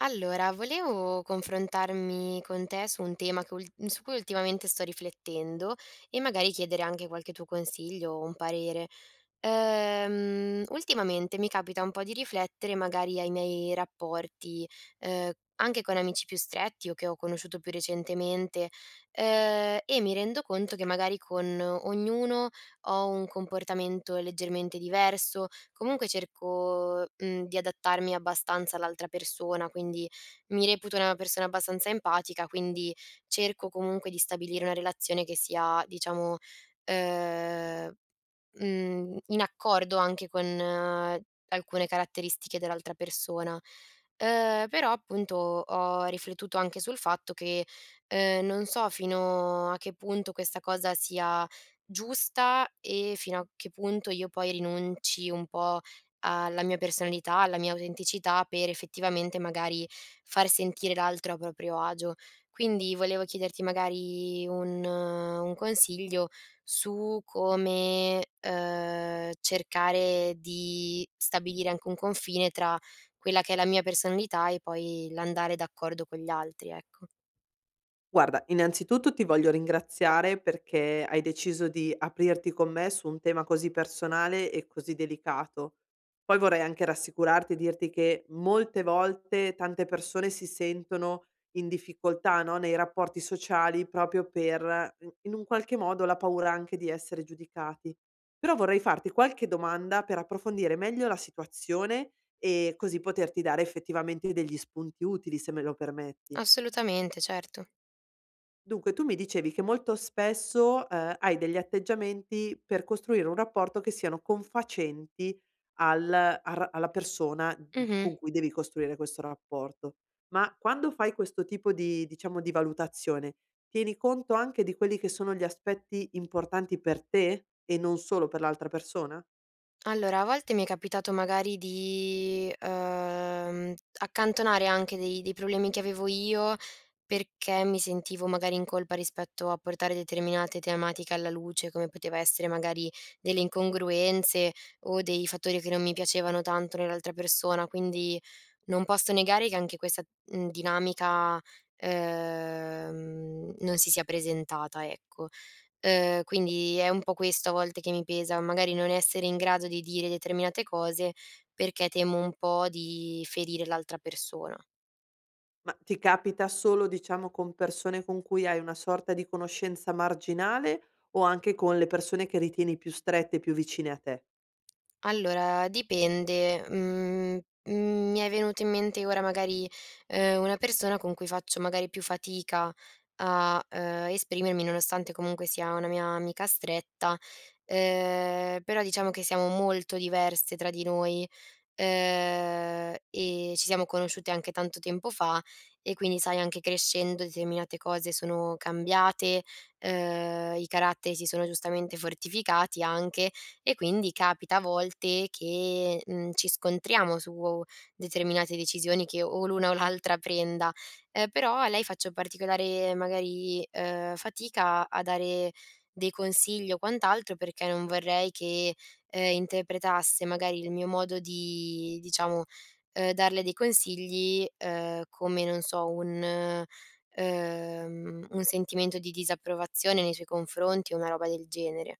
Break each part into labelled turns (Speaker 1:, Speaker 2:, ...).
Speaker 1: Allora, volevo confrontarmi con te su un tema che su cui ultimamente sto riflettendo e magari chiedere anche qualche tuo consiglio o un parere. Ultimamente mi capita un po' di riflettere magari ai miei rapporti, ehm, anche con amici più stretti o che ho conosciuto più recentemente, e mi rendo conto che magari con ognuno ho un comportamento leggermente diverso, comunque cerco, di adattarmi abbastanza all'altra persona, quindi mi reputo una persona abbastanza empatica, quindi cerco comunque di stabilire una relazione che sia diciamo, ehm in accordo anche con alcune caratteristiche dell'altra persona. Però appunto ho riflettuto anche sul fatto che, non so fino a che punto questa cosa sia giusta e fino a che punto io poi rinunci un po' alla mia personalità, alla mia autenticità per effettivamente magari far sentire l'altro a proprio agio. Quindi volevo chiederti magari un consiglio su come, cercare di stabilire anche un confine tra quella che è la mia personalità e poi l'andare d'accordo con gli altri, ecco.
Speaker 2: Guarda, innanzitutto ti voglio ringraziare perché hai deciso di aprirti con me su un tema così personale e così delicato. Poi vorrei anche rassicurarti e dirti che molte volte tante persone si sentono in difficoltà, no, nei rapporti sociali proprio per, in un qualche modo, la paura anche di essere giudicati. Però vorrei farti qualche domanda per approfondire meglio la situazione e così poterti dare effettivamente degli spunti utili, se me lo permetti.
Speaker 1: Assolutamente, certo.
Speaker 2: Dunque, tu mi dicevi che molto spesso, hai degli atteggiamenti per costruire un rapporto che siano confacenti al al ra alla persona,
Speaker 1: Mh-mh.
Speaker 2: con cui devi costruire questo rapporto. Ma quando fai questo tipo di, diciamo, di valutazione, tieni conto anche di quelli che sono gli aspetti importanti per te e non solo per l'altra persona?
Speaker 1: Allora, a volte mi è capitato magari di, accantonare anche dei problemi che avevo io, perché mi sentivo magari in colpa rispetto a portare determinate tematiche alla luce, come poteva essere magari delle incongruenze o dei fattori che non mi piacevano tanto nell'altra persona. Quindi non posso negare che anche questa, dinamica, non si sia presentata, ecco. Quindi è un po' questo a volte che mi pesa, magari non essere in grado di dire determinate cose perché temo un po' di ferire l'altra persona.
Speaker 2: Ma ti capita solo, diciamo, con persone con cui hai una sorta di conoscenza marginale o anche con le persone che ritieni più strette e più vicine a te?
Speaker 1: Allora, dipende. Mhmm, mi è venuto in mente ora magari, una persona con cui faccio magari più fatica a, esprimermi, nonostante comunque sia una mia amica stretta, però diciamo che siamo molto diverse tra di noi, e ci siamo conosciute anche tanto tempo fa e quindi sai anche crescendo determinate cose sono cambiate, i caratteri si sono giustamente fortificati anche e quindi capita a volte che, ci scontriamo su determinate decisioni che o l'una o l'altra prenda, però a lei faccio particolare magari, fatica a dare dei consigli o quant'altro perché non vorrei che, interpretasse magari il mio modo di diciamo, darle dei consigli, come non so un sentimento di disapprovazione nei suoi confronti o una roba del genere.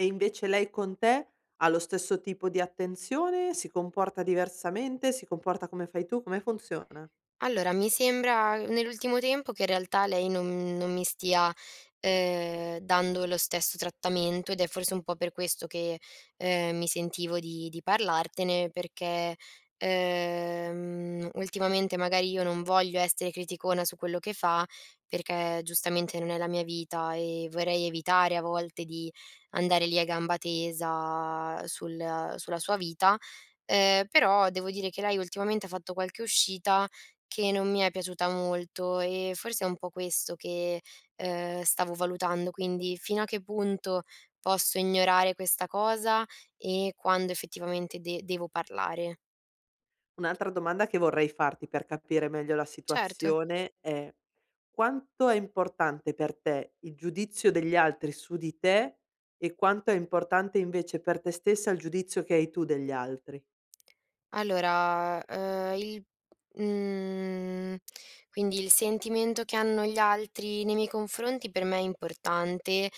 Speaker 2: E invece lei con te ha lo stesso tipo di attenzione? Si comporta diversamente? Si comporta come fai tu? Come funziona?
Speaker 1: Allora, mi sembra nell'ultimo tempo che in realtà lei non mi stia, dando lo stesso trattamento ed è forse un po' per questo che, mi sentivo di parlartene perché, ultimamente magari io non voglio essere criticona su quello che fa, perché giustamente non è la mia vita e vorrei evitare a volte di andare lì a gamba tesa sul sulla sua vita, però devo dire che lei ultimamente ha fatto qualche uscita che non mi è piaciuta molto e forse è un po' questo che, stavo valutando, quindi fino a che punto posso ignorare questa cosa e quando effettivamente de devo parlare.
Speaker 2: Un'altra domanda che vorrei farti per capire meglio la
Speaker 1: Certo.
Speaker 2: situazione è: quanto è importante per te il giudizio degli altri su di te e quanto è importante invece per te stessa il giudizio che hai tu degli altri?
Speaker 1: Allora, il mhmm, quindi il sentimento che hanno gli altri nei miei confronti per me è importante,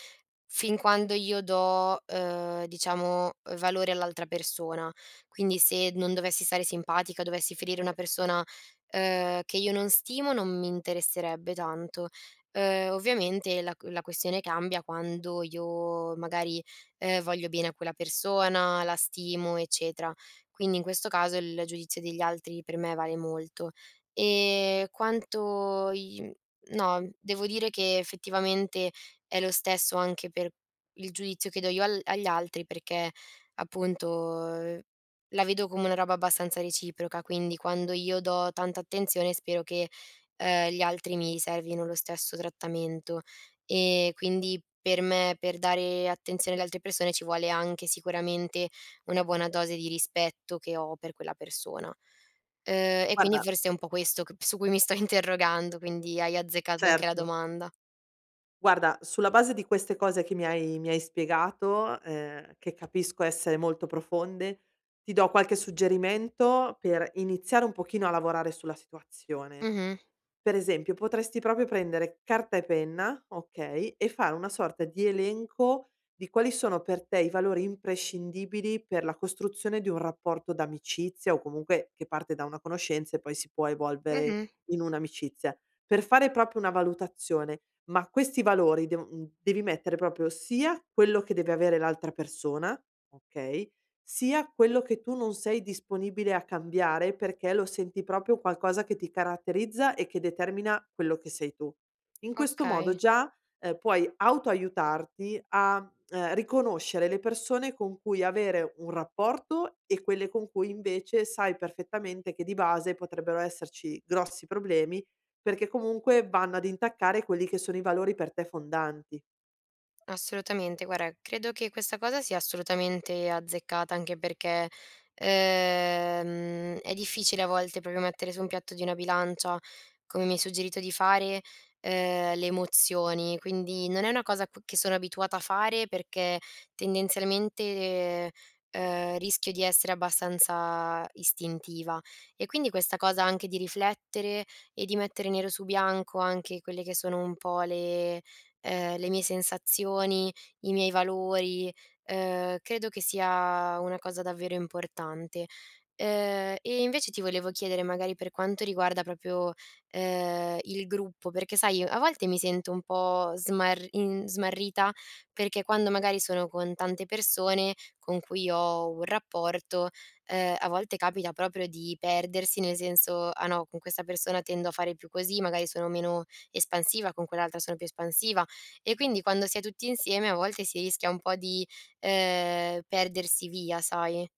Speaker 1: fin quando io do, diciamo, valore all'altra persona. Quindi se non dovessi stare simpatica, dovessi ferire una persona, che io non stimo, non mi interesserebbe tanto. Ovviamente la questione cambia quando io magari, voglio bene a quella persona, la stimo, eccetera. Quindi in questo caso il giudizio degli altri per me vale molto. E quanto i no, devo dire che effettivamente è lo stesso anche per il giudizio che do io al agli altri, perché appunto, la vedo come una roba abbastanza reciproca, quindi quando io do tanta attenzione spero che, gli altri mi riservino lo stesso trattamento. E quindi per me, per dare attenzione alle altre persone ci vuole anche sicuramente una buona dose di rispetto che ho per quella persona. E quindi
Speaker 2: Guarda,
Speaker 1: forse è un po' questo c su cui mi sto interrogando, quindi hai azzeccato anche la
Speaker 2: certo.
Speaker 1: domanda.
Speaker 2: Guarda, sulla base di queste cose che mi hai spiegato, che capisco essere molto profonde, ti do qualche suggerimento per iniziare un pochino a lavorare sulla situazione.
Speaker 1: Mh-mh,
Speaker 2: Per esempio, potresti proprio prendere carta e penna, okay, e fare una sorta di elenco di quali sono per te i valori imprescindibili per la costruzione di un rapporto d'amicizia o comunque che parte da una conoscenza e poi si può evolvere
Speaker 1: mh-mh,
Speaker 2: in un'amicizia, per fare proprio una valutazione. Ma questi valori devi mettere proprio sia quello che deve avere l'altra persona, okay, sia quello che tu non sei disponibile a cambiare perché lo senti proprio qualcosa che ti caratterizza e che determina quello che sei tu. In questo modo
Speaker 1: okay.
Speaker 2: già puoi autoaiutarti a riconoscere le persone con cui avere un rapporto e quelle con cui invece sai perfettamente che di base potrebbero esserci grossi problemi perché comunque vanno ad intaccare quelli che sono i valori per te fondanti.
Speaker 1: Assolutamente, guarda, credo che questa cosa sia assolutamente azzeccata, anche perché, è difficile a volte proprio mettere su un piatto di una bilancia, come mi hai suggerito di fare, le emozioni. Quindi non è una cosa cu che sono abituata a fare perché tendenzialmente, rischio di essere abbastanza istintiva. E quindi questa cosa anche di riflettere e di mettere nero su bianco anche quelle che sono un po' le mie sensazioni, i miei valori, credo che sia una cosa davvero importante. E invece ti volevo chiedere magari per quanto riguarda proprio, il gruppo, perché sai a volte mi sento un po' smarrita, perché quando magari sono con tante persone con cui ho un rapporto, a volte capita proprio di perdersi, nel senso: "Ah no, con questa persona tendo a fare più così, magari sono meno espansiva, con quell'altra sono più espansiva". E quindi quando si è tutti insieme a volte si rischia un po' di, perdersi via, sai?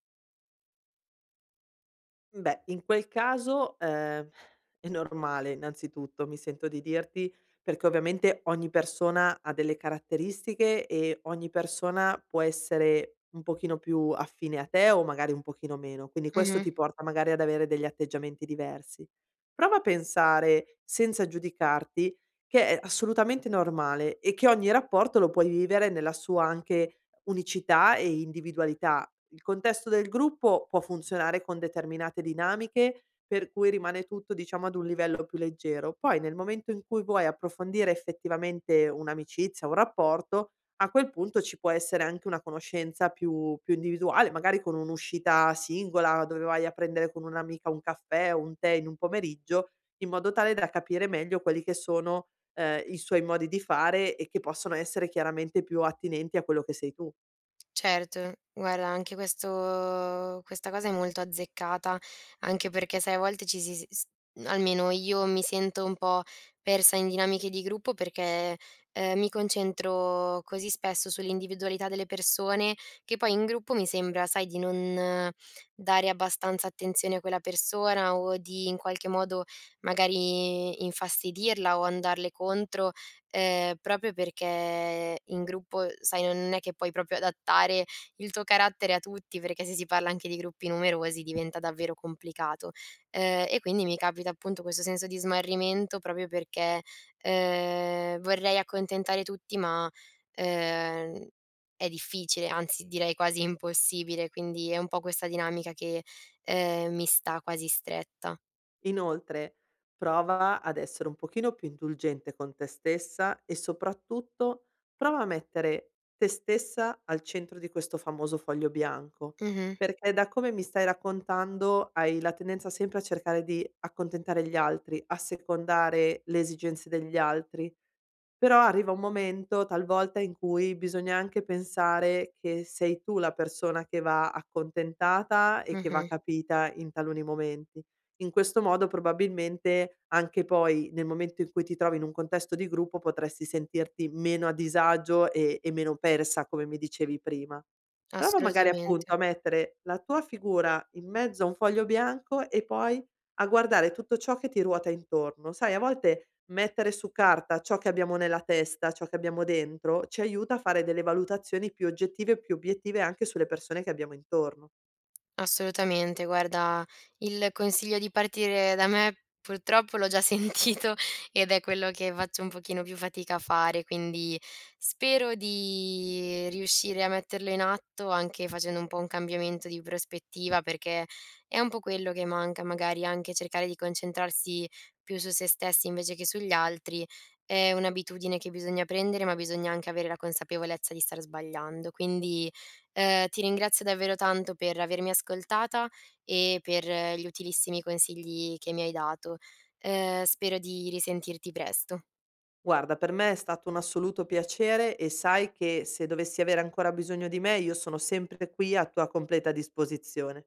Speaker 2: Beh, in quel caso, è normale innanzitutto, mi sento di dirti, perché ovviamente ogni persona ha delle caratteristiche e ogni persona può essere un pochino più affine a te o magari un pochino meno, quindi questo
Speaker 1: Mh-mh.
Speaker 2: ti porta magari ad avere degli atteggiamenti diversi. Prova a pensare, senza giudicarti, che è assolutamente normale e che ogni rapporto lo puoi vivere nella sua anche unicità e individualità. Il contesto del gruppo può funzionare con determinate dinamiche, per cui rimane tutto, diciamo, ad un livello più leggero. Poi nel momento in cui vuoi approfondire effettivamente un'amicizia, un rapporto, a quel punto ci può essere anche una conoscenza più individuale, magari con un'uscita singola, dove vai a prendere con un'amica un caffè o un tè in un pomeriggio, in modo tale da capire meglio quelli che sono, i suoi modi di fare e che possono essere chiaramente più attinenti a quello che sei tu.
Speaker 1: Certo, guarda anche questo questa cosa è molto azzeccata, anche perché sai a volte ci si s almeno io mi sento un po' persa in dinamiche di gruppo perché, mi concentro così spesso sull'individualità delle persone che poi in gruppo mi sembra, sai, di non dare abbastanza attenzione a quella persona o di in qualche modo magari infastidirla o andarle contro. Proprio perché in gruppo, sai, non è che puoi proprio adattare il tuo carattere a tutti, perché se si parla anche di gruppi numerosi diventa davvero complicato. E quindi mi capita appunto questo senso di smarrimento proprio perché, vorrei accontentare tutti ma, ehm, è difficile, anzi direi quasi impossibile, quindi è un po' questa dinamica che, mi sta quasi stretta.
Speaker 2: Inoltre, prova ad essere un pochino più indulgente con te stessa e soprattutto prova a mettere te stessa al centro di questo famoso foglio bianco,
Speaker 1: Mh-mh,
Speaker 2: perché da come mi stai raccontando hai la tendenza sempre a cercare di accontentare gli altri, a secondare le esigenze degli altri, però arriva un momento talvolta in cui bisogna anche pensare che sei tu la persona che va accontentata e che va
Speaker 1: mh-mh,
Speaker 2: capita in taluni momenti. In questo modo probabilmente anche poi nel momento in cui ti trovi in un contesto di gruppo potresti sentirti meno a disagio e meno persa, come mi dicevi prima. Prova magari
Speaker 1: assolutamente.
Speaker 2: appunto a mettere la tua figura in mezzo a un foglio bianco e poi a guardare tutto ciò che ti ruota intorno. Sai, a volte mettere su carta ciò che abbiamo nella testa, ciò che abbiamo dentro, ci aiuta a fare delle valutazioni più oggettive e più obiettive anche sulle persone che abbiamo intorno.
Speaker 1: Assolutamente, guarda, il consiglio di partire da me purtroppo l'ho già sentito ed è quello che faccio un pochino più fatica a fare, quindi spero di riuscire a metterlo in atto anche facendo un po' un cambiamento di prospettiva, perché è un po' quello che manca, magari anche cercare di concentrarsi più su se stessi invece che sugli altri. È un'abitudine che bisogna prendere, ma bisogna anche avere la consapevolezza di star sbagliando. Ti ringrazio davvero tanto per avermi ascoltata e per gli utilissimi consigli che mi hai dato. Spero di risentirti presto.
Speaker 2: Guarda, per me è stato un assoluto piacere e sai che se dovessi avere ancora bisogno di me, io sono sempre qui a tua completa disposizione.